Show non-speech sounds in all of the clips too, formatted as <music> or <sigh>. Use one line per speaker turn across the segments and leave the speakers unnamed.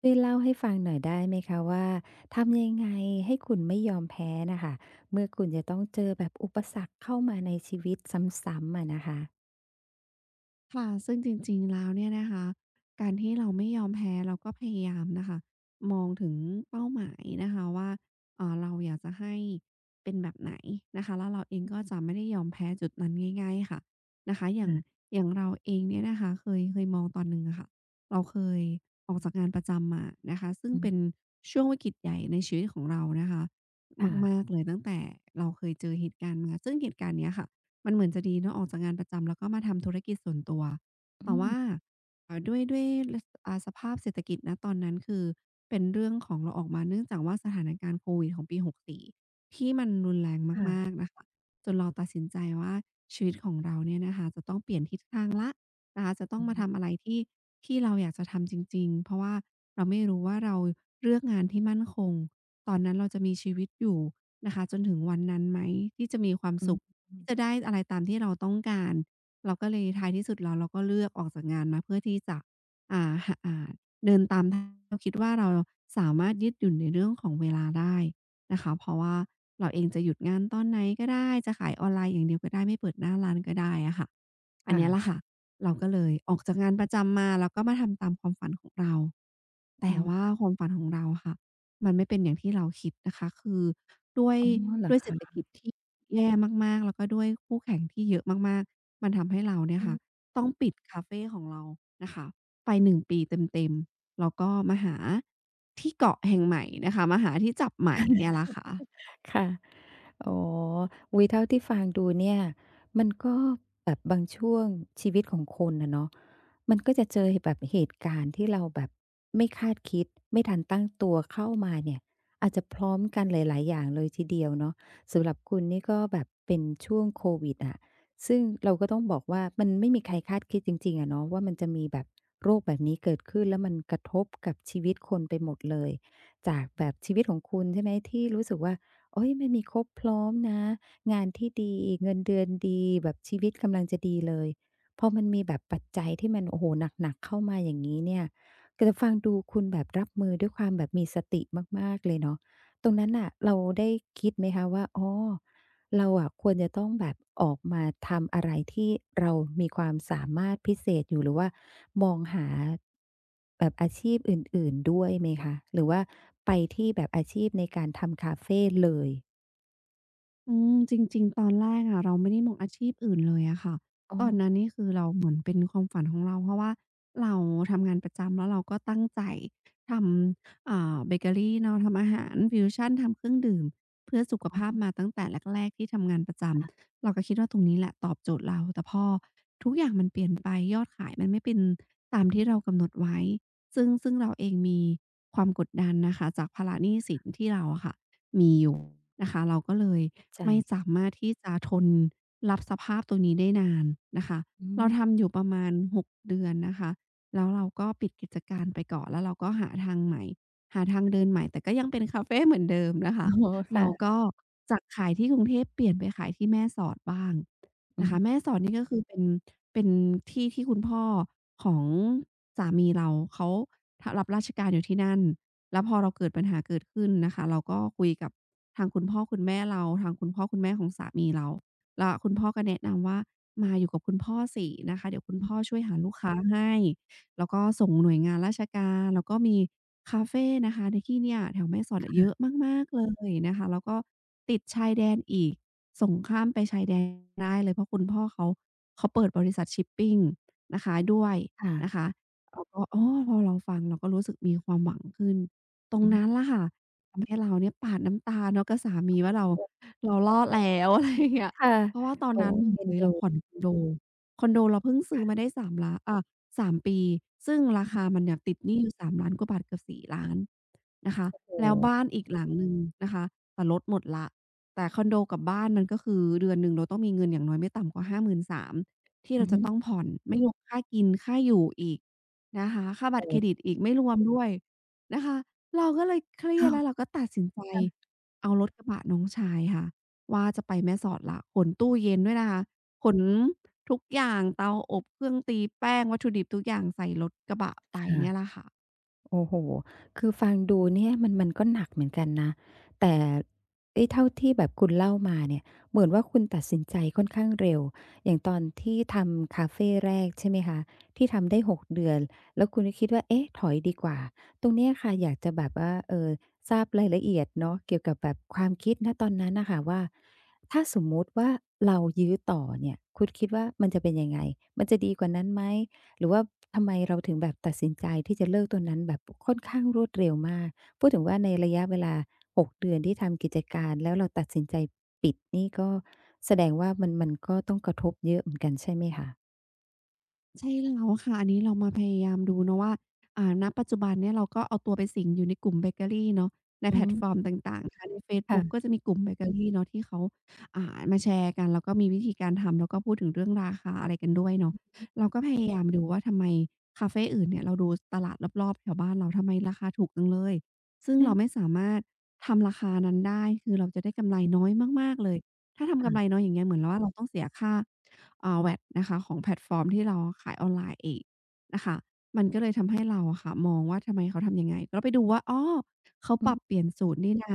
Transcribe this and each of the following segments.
ช่วยเล่าให้ฟังหน่อยได้ไหมคะว่าทำยังไงให้คุณไม่ยอมแพ้น่ะค่ะเมื่อคุณจะต้องเจอแบบอุปสรรคเข้ามาในชีวิตซ้ำๆอะนะคะ
ค่ะซึ่งจริงๆแล้วเนี่ยนะคะการที่เราไม่ยอมแพ้เราก็พยายามนะคะมองถึงเป้าหมายนะคะว่าเราอยากจะให้เป็นแบบไหนนะคะแล้วเราเองก็จะไม่ได้ยอมแพ้จุดนั้นง่ายๆค่ะนะคะอย่างเราเองเนี่ยนะคะเคยมองตอนหนึ่งอะค่ะเราเคยออกจากงานประจำมานะคะซึ่ง
อื
เป็น
ม
ช่วงวิกฤตใหญ่ในชีวิตของเรานะคะมมา
ค่ะ
กๆเลยตั้งแต่เราเคยเจอเหตุการณ์มาซึ่งเหตุการณ์เนี้ยค่ะ มันเหมือนจะดีเนาะออกจากงานประจำแล้วก็มาทำธุรกิจส่วนตัว
อื
แต่
ม
ว่าด้วยลสภาพเศรษฐกิจณตอนนั้นคือเป็นเรื่องของเราออกมาเนื่องจากว่าสถานการณ์โควิดของปี64ที่มันรุนแรงมา
ค่ะ
กๆนะคะจนเราตัดสินใจว่า นะคะจะต้อง
อือ
มา
ฮึ
ทำอะไรที่ที่เราอยากจะทำจริงๆ เพราะว่าเราไม่รู้ว่าเราเลือกงานที่มั่นคงตอนนั้นเราจะมีชีวิตอยู่นะคะจนถึงวันนั้นไหมที่จะมีความ
อื
สุ
ม
ขที่จะได้อะไรตามที่เราต้องการเราก็เลยท้ายที่สุดแล้วเราก็เลือกออกจากงานมาเพื่อที่จะหา เราคิดว่าเราสามารถยืดหยุ่นในเรื่องของเวลาได้นะคะเพราะว่าเราเองจะหยุดงานตอนไหนก็ได้จะขายออนไลน์อย่างเดียวก็ได้ไม่เปิดหน้าร้านก็ได้อะค่ะอันเนี้ยแหละ
ค่ะ
ค่ะเราก็เลยออกจากงานประจำมาแล้วก็มาทำตามความฝันของเราแต่
อืม
ว่าความฝันของเราค่ะมันไม่เป็นอย่างที่เราคิดนะคะคือด้วย
อ๋อเหรอ
ด้วย
ค
เศรษฐ
ะ
กิจที่แย่มากๆแล้วก็ด้วยคู่แข่งที่เยอะมากๆมันทำให้เราเนี่ยค่ะต้องปิดคาเฟของเรานะคะไป1 ปีเต็มๆ แล้วก็มาหาที่เกาะแห่งใหม่นะคะมาหาที่จับใหม่เนี่ยล่ะค่ะ
ค่ะ อ๋ออุ๊ยเท่าที่ฟังดูเนี่ยมันก็แบบบางช่วงชีวิตของคนอะเนาะมันก็จะเจอแบบเหตุการณ์ที่เราแบบไม่คาดคิดไม่ทันตั้งตัวเข้ามาเนี่ยอาจจะพร้อมกันหลายๆอย่างเลยทีเดียวเนาะสำหรับคุณนี่ก็แบบเป็นช่วงโควิดอะซึ่งเราก็ต้องบอกว่ามันไม่มีใครคาดคิดจริงๆอะเนาะว่ามันจะมีแบบโรคแบบนี้เกิดขึ้นแล้วมันกระทบกับชีวิตคนไปหมดเลยจากแบบชีวิตของคุณใช่ไหมที่รู้สึกว่า โอ้ยมันมีครบพร้อมนะงานที่ดีเงินเดือนดีแบบชีวิตกำลังจะดีเลยพอมันมีแบบปัจจัยที่มันโอ้โฮหนักๆเข้ามาอย่างงี้เนี่ยก็จะฟังดูคุณแบบรับมือด้วยความแบบมีสติมากๆเลยเนาะตรงนั้นน่ะเราได้คิดไหมคะว่าอ๋อ เราอะควรจะต้องแบบออกมาทำอะไรที่เรามีความสามารถพิเศษอยู่หรือว่ามองหาแบบอาชีพอื่นๆด้วยไหมคะหรือว่าไปที่แบบอาชีพในการทำคาเฟเลย
อืมจริงๆตอนแรกอะเราไม่ได้มองอาชีพอื่นเลยอะค่ะ
อ๋อ
ก่อนหน้านี้คือเราเหมือนเป็นความฝันของเราเพราะว่าเราทำงานประจำแล้วเราก็ตั้งใจทำเบเกอรีเนาะทำอาหารฟิวชั่นทำเครื่องดื่มเพื่อสุข
อ๋
ภาพมา
อ
ตั้งแต่แรกๆที่ทำงานประจำเราก็คิดว่าตรงนี้แหละตอบโจทย์เราแต่พอทุกอย่างมันเปลี่ยนไปยอดขายมันไม่เป็นตาม
อื
ที่
ม
เรากำหนดไว้ซึ่งเราเองมีความกดดันน่ะค่ะจากภาระหนี้สินที่เราอะค่ะมีอยู่นะคะเราก็เลย
เข้าใจ
ไม่สามารถที่จะทนรับสภาพตรงนี้ได้นานนะคะ
อื
เรา
ม
ทำอยู่ประมาณ6เดือนนะคะแล้วเราก็ปิดกิจการไปก่อนแล้วเราก็หาทางใหม่หาทางเดินใหม่แต่ก็ยังเป็นคาเฟเหมือนเดิมนะ
อ๋
คะ
อ
เรา
ค่ะ
ก็จากขายที่กรุงเทพเปลี่ยนไปขายที่แม่สอดบ้าง
อื
นะคะ
ม
แม่สอดนี่ก็คือเป็นที่ที่คุณพ่อของสามีเราเขาทรับราชการอยู่ที่นั่นแล้วพอเราเกิดปัญหาเกิดขึ้นนะคะเราก็คุยกับ ทางคุณพ่อคุณแม่เราทางคุณพ่อคุณแม่ของสามีเราแล้วคุณพ่อก็แนะนำว่ามาอยู่กับคุณพ่อสินะคะเดี๋ยวคุณพ่อช่วยหาลูกค้าให้แล้วก็ส่งหน่วยงานราชการแล้วก็มีคาเฟนะคะในที่เนี่ยแถวแม่สอดอะเยอะมากๆเลยนะคะแล้วก็ติดชายแดนอีกส่งข้ามไปชายแดนได้เลยเพราะคุณพ่อเขาเปิดบริษัทชิปปิงนะคะด้วย
ค่ะ
นะคะเราก็อ้อพอเราฟังเราก็รู้สึกมีความหวังขึ้นตรง
อื
นั้น
ม
ล่ะค่ะ ทำให้เราเนี่ยปาดน้ำตาเนาะกับสามีว่าเรา
โอ้
เรารอดแล้ว <laughs> อะไรอย่างเงี้ย
ค่ะ
เพราะว่าตอน
โอ้
นั้นหนึ่ง
เอ็น
เลย
ดู
เราผ่อนคอนโดคอนโดเราเพิ่งซื้อมาได้สามล้าสามปีซึ่งรา
อืม
คามันเนี่ยติดหนี้อยู่3 ล้านกว่าบาทเกือบ 4 ล้านนะคะ
โอ้โฮ
แล้วบ้านอีกหลังหนึ่งนะคะแต่ลดหมดแล้วแต่คอนโดกับบ้านมันก็คือเดือนหนึ่งเราต้องมีเงินอย่างน้อยไม่ต่ำกว่า5น0 0 0ที่
อื
เรา
อ
จะ
ฮึ
ต้องผ่อนไม่รวมค่ากินค่าอยู่อีกนะคะค่าบัต
โอ้
รเครดิตอีกไม่รวมด้วย นะคะเราก็เลยเครียด
อ้าว
แล้วเราก็ตัดสินใจ
ค่ะ
เอารถกระบะน้องชายค่ะว่าจะไปแม่สอดแล้วขนตู้เย็นด้วยนะคะขนทุกอย่างเตาอบเครื่องตีแป้งวัตถุดิบทุกอย่างใส่รถกระบะไป
ค่ะ
เนี่ยแหละค่ะ
โอ้โฮคือฟังดูเนี่ยมันมันก็หนักเหมือนกันนะแต่เอ๊ยเท่าที่แบบคุณเล่ามาเนี่ยเหมือนว่าคุณตัดสินใจค่อนข้างเร็วอย่างตอนที่ทำคาเฟแรกใช่ไหมคะที่ทำได้หกเดือนแล้วคุณก็คิดว่าเอ๊ะถอยดีกว่าตรงเนี้ยค่ะอยากจะแบบว่าทราบรายละเอียดเนาะเกี่ยวกับแบบความคิดณตอนนั้นน่ะค่ะว่าถ้าสมมุติว่าเรายื้อต่อเนี่ยคุณคิดว่ามันจะเป็นยังไงมันจะดีกว่านั้นไหม หรือว่าทำไมเราถึงแบบตัดสินใจที่จะเลิกตัวนั้นแบบค่อนข้างรวดเร็วมากพูดถึงว่าในระยะเวลา6เดือนที่ทำกิจการแล้วเราตัดสินใจปิดนี่ก็แสดงว่ามันมันก็ต้องกระทบเยอะเหมือนกันใช่ไหมคะ
ใช่แล้วค่ะอันนี้เรามาพยายามดูเนาะว่าณปัจจุบันเนี่ยเราก็เอาตัวไปสิงอยู่ในกลุ่มเบเกอรีเนาะใน
อื
แพลต
ม
ฟอร์มต่างๆนะคะในเฟซบุ๊กก็
ค่ะ
จะมีกลุ่มเบเกอรีเนาะที่เขามาแชร์กันแล้วก็มีวิธีการทำแล้วก็พูดถึงเรื่องราคาอะไรกันด้วยเนาะเราก็พยายามดูว่าทำไมคาเฟอื่นเนี่ยเราดูตลาดรอบๆแถวบ้านเราทำไมราคาถูกจังเลยซึ่ง
น่า
เราไม่สามารถทำราคานั้นได้คือเราจะได้กำไรน้อยมากๆเลยถ้าทำกำไร
ค่ะ
น้อยอย่างเงี้ยเหมือนว่าเราต้องเสียค่า VAT นะคะของแพลตฟอร์มที่เราขายออนไลน์อีกนะคะมันก็เลยทำให้เราอะค่ะมองว่าทำไมเขาทำยังไงก็ไปดูว่าอ้อเขา
อื
ปรับ
ม
เปลี่ยนสูตรนี่นา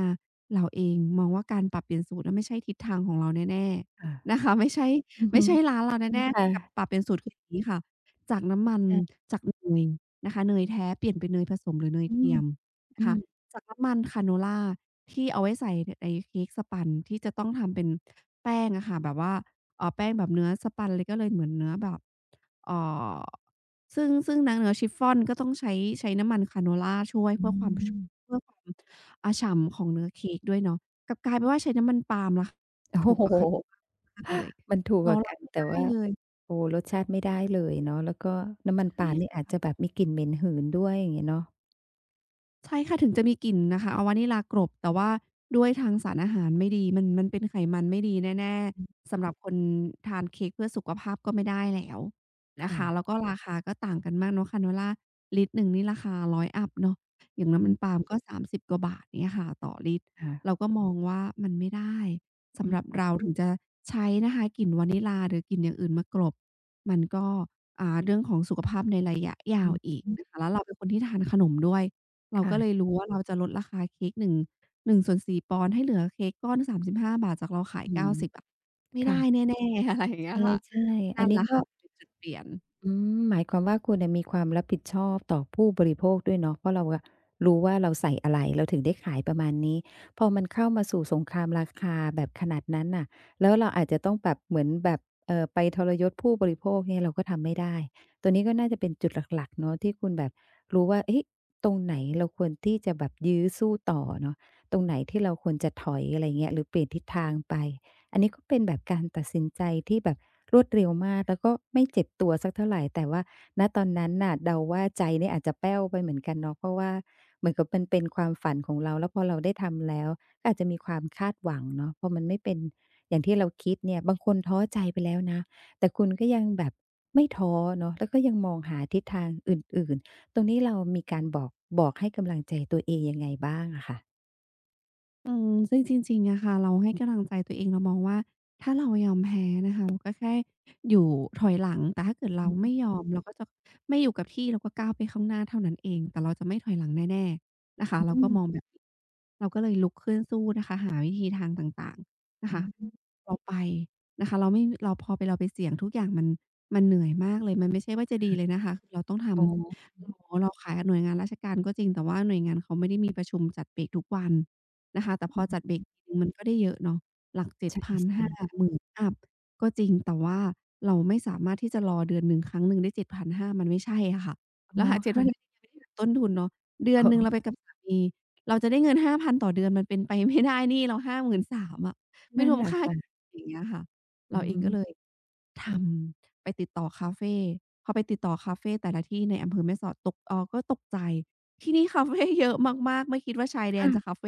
เราเองมองว่าการปรับเปลี่ยนสูตรนั้นไม่ใช่ทิศทางของเราแน่ๆ
ค่ะ
นะคะไม่ใช่
อือ
ไม่
ฮึ
ใช่ร้านเราแน่
ค่ะ
ๆกับปรับเปลี่ยนสูตรคืออย่างงี้ค่ะจากน้ำมัน
ใช่
จากเนยนะคะเนยแท้เปลี่ยนเป็นเนยผสมหรือเนย
อื
เที
ม
ยมนะ
อื
คะ
ม
จากน้ำมันคาโนลาที่เอาไว้ใส่ไอ้เค้กสปันที่จะต้องทำเป็นแป้งอะค่ะแบบว่า แป้งแบบเนื้อสปันเลยก็เลยเหมือนเนื้อแบบเอ่อซึ่งนะเนื้อชิฟฟ่อนก็ต้องใช้น้ำมันคาโนลาช่วย
อืม
เพื่อความฉ่ำของเนื้อเค้กด้วยเนาะกลับกลายเป็นว่าใช้น้ำมันปาล์มราคา
โอ้
ถูก
โฮ
กว่าเขามากเลย
มันถูกก
เรา
ว่า
รับ
กัน
ไม่
แต่
ได้
ว่า
เลย
โอ้โฮรสชาติไม่ได้เลยเนาะแล้วก็น้ำมันปา
ใช่
ล์มนี่อาจ
ค่ะ
จะแบบมีกลิ่นเหม็นหืนด้วยอย่างเงี้ยเนาะ
ใช่ค่ะถึงจะมีกลิ่นนะคะเอาวานิลลากลบแต่ว่าด้วยทางสารอาหารไม่ดีมันเป็นไขมันไม่ดีแน่
อืม
ๆสำหรับคนทานเค้กเพื่อสุขภาพก็ไม่ได้แล้วนะ
ค่ะ
คะแล้วก็ราคาก็ต่างกันมากเนาะคาโนล่าลิตรหนึ่งนี่ราคา100อยอัปเนาะอย่าง
อื
น้ำมันปา
ม
ล์มก็30กว่าบาทเงี้ยค่ะต่อลิตร
ค่ะ
เราก็มองว่ามันไม่ได้สำหรับเราถึงจะใช้นะคะกลิ่นวานิลลาหรือกลิ่นอย่างอื่นมากลบมันก็เรื่องของสุขภาพในระยะยา
อื
ว
อ
อีก
ฮึ
นะคะแล้วเราเป็นคนที่ทานขนมด้วย เราก็เลย
ค่ะ
รู้ว่าเราจะลดราคาเค้ก 1- ี4ปอนด์ให้เหลือเค้กก้อน35บห้าบาทจากเราขาย
อืม
90อะไม่ได้
ค่ะ
แน่ๆ <laughs> อะไรอย่างเงี้ยค่ะ
ใช่ๆอั
นั่
น
นแห
นี้
ละ
ก็
ค่ะเป็นจุดเปลี่ยน
อืมหมายความว่าคุณเนี่ยมีความรับผิดชอบต่อผู้บริโภคด้วยเนาะเพราะเราอะรู้ว่าเราใส่อะไร เราถึงได้ขายประมาณนี้ พอมันเข้ามาสู่สงครามราคาแบบขนาดนั้นน่ะแล้วเราอาจจะต้องแบบเหมือนแบบไปทรยศผู้บริโภคเนี่ยเราก็ทำไม่ได้ตัวนี้ก็น่าจะเป็นจุดหลักๆเนาะที่คุณแบบรู้ว่าเอ๊ะตรงไหนเราควรที่จะแบบยื้อสู้ต่อเนาะตรงไหนที่เราควรจะถอยอะไรเงี้ยหรือเปลี่ยนทิศทางไป อันนี้ก็เป็นแบบการตัดสินใจที่แบบรวดเร็วมากแล้วก็ไม่เจ็บตัวสักเท่าไรแต่ว่าณตอนนั้นน่ะเดาว่าใจเนี่ยอาจจะแป้วไปเหมือนกันเนาะเพราะว่าเหมือนกับมันเป็นความฝันของเราแล้วพอเราได้ทำแล้วก็อาจจะมีความคาดหวังเนาะพอมันไม่เป็นอย่างที่เราคิดเนี่ยบางคนท้อใจไปแล้วนะแต่คุณก็ยังแบบไม่ท้อเนาะแล้วก็ยังมองหาทิศทางอื่นๆตรงนี้เรามีการบอกให้กำลังใจตัวเองยังไงบ้างอะค่ะ
อืมซึ่งจริงๆอะค่ะเราให้กำลังใจตัวเองเรามองว่าถ้าเรายอมแพ้นะคะเราก็แค่อยู่ถอยหลังแต่ถ้าเกิดเราไม่ยอมเราก็จะไม่อยู่กับที่เราก็ก้าวไปข้างหน้าเท่านั้นเองแต่เราจะไม่ถอยหลังแน่ๆนะคะเรา
อื
ก็
ม
มองแบบนี้ หาวิธีทางต่างๆนะ
อื
คะ
ม
เราไปนะคะเราไม่เราพอไปเราไปเสี่ยงทุกอย่างมันเหนื่อยมากเลยมันไม่ใช่ว่าจะดีเลยนะคะคือเราต้องท
อ๋อ
ำเราขายกับหน่วยงานราชการก็จริงแต่ว่าหน่วยงานเขาไม่ได้มีประชุมจัดเบรกทุกวันนะคะแต่พอ
อื
จัด
ม
เบรกทีหนึ่งมันก็ได้เยอะเนาะหลักเจ็ด
ใช
พัน
่
ห้า
ๆ
หมื่นอัปก็จริงแต่ว่าเราไม่สามารถที่จะรอเดือนหนึ่งครั้งหนึ่งได้เจ็ดพันห้ามันไม่ใช่อะค่ะแล้
อ๋
ว
อ
หาเจ็ดพั
ค่ะ
ก7,500ยังไม่ได้หักต้นทุนเนาะเดือ
<laughs>
น
อ๋อ
หนึ่งเราไปกับสามี เราจะได้เงิน5,000ต่อเดือนมันเป็นไปไม่ได้หนี้เรา5น0 0มอะไม่
นั่
ร
น
วม
แหละ
ค่า
ค่ะ
อย่างเงี้ยค่ะ
อื
เราเองก็เลย
ม
ทำไปติดต่อคาเฟพอไปติดต่อคาเฟแต่ละที่ในอำเภอแม่สอดตกเอ่อก็ตกใจที่นี่คาเฟ <laughs> เยอะมากๆไม่คิดว่าชายแดนจะคา
ค่ะ
เฟ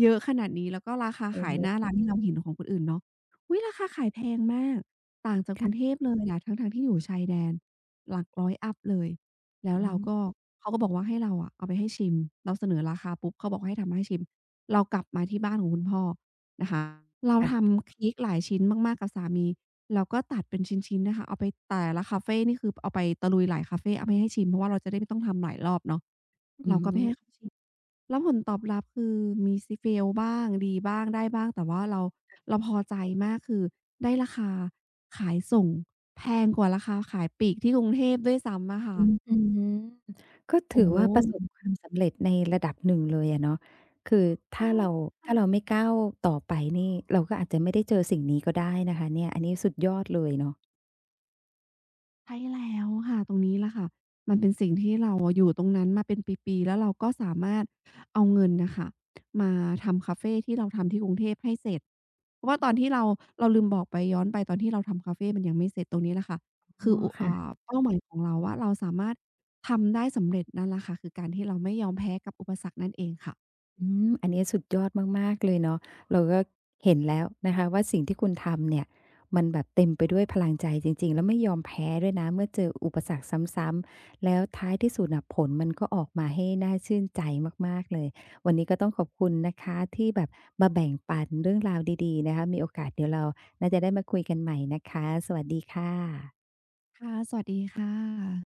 เยอะขนาดนี้แล้วก็ราคา
โอ้
ขาย
โฮ
หน้าร้านที่เราเห็นของคนอื่นเนาะอุ๊ยราคาขายแพงมากต่างจากกรุงเท
ค่ะ
พเลยอะทั้งๆที่อยู่ชายแดนหลักร้อยอัปเลย แล้ว
อื
เรา
ม
ก็เขาก็บอกว่าให้เราอะเอาไปให้ชิมเราเสนอราคาปุ๊บเขาบอกาให้ทำมาให้ชิมเรากลับมาที่บ้านของคุณพ่อนะคะเรา
ค่ะ
ทำเค้กหลายชิ้นมากๆกับสามีแล้วก็ตัดเป็นชิ้นๆนะคะเอาไปแต่ละคาเฟนี่คือเอาไปตะลุยหลายคาเฟเอาไปให้ชิมเพราะว่าเราจะได้ไม่ต้องทำหลายรอบเนาะ
อื
เรา
อ
ก็ไป
ฮึ
ให้เขาชิมแล้วผลตอบรับคือมีfail บ้างดีบ้างได้บ้างแต่ว่าเราพอใจมากคือได้ราคาขายส่งแพงกว่าราคาขายปลีกที่กรุงเทพด้วยซ้ำอะค่ะ
อืออือฮึก็ถื
โอ้
อว่าประสบความสำเร็จในระดับหนึ่งเลยอะเนาะคือถ้าเราถ้าเราไม่ก้าวต่อไปนี่เราก็อาจจะไม่ได้เจอสิ่งนี้ก็ได้นะคะเนี่ยอันนี้สุดยอดเลยเนาะ
ใช่แล้วค่ะตรงนี้แหละค่ะมันเป็นสิ่งที่เราอะอยู่ตรงนั้นมาเป็นปีๆแล้วเราก็สามารถเอาเงินน่ะค่ะมาทำคาเฟที่เราทำที่กรุงเทพให้เสร็จเพราะว่าตอนที่เราเราลืมบอกไปย้อนไปตอนที่เราทำคาเฟมันยังไม่เสร็จตรงนี้แหละค่ะ
อ๋
คือ
อ
อุ
ค่ะ
อ่าเป้าหมายของเราว่าเราสามารถทำได้สำเร็จนั่นแหละค่ะคือการที่เราไม่ยอมแพ้กับอุปสรรคนั่นเองค่ะ
อืมอันนี้สุดยอดมากๆเลยเนาะเราก็เห็นแล้วนะคะว่าสิ่งที่คุณทำเนี่ยมันแบบเต็มไปด้วยพลังใจจริงๆแล้วไม่ยอมแพ้ด้วยนะเมื่อเจออุปสรรคซ้ำๆแล้วท้ายที่สุดน่ะผลมันก็ออกมาให้น่าชื่นใจมากๆเลยวันนี้ก็ต้องขอบคุณนะคะที่แบบมาแบ่งปันเรื่องราวดีๆนะคะมีโอกาสเดี๋ยวเราน่าจะได้มาคุยกันใหม่นะคะสวัสดีค่ะ
ค่ะสวัสดีค่ะ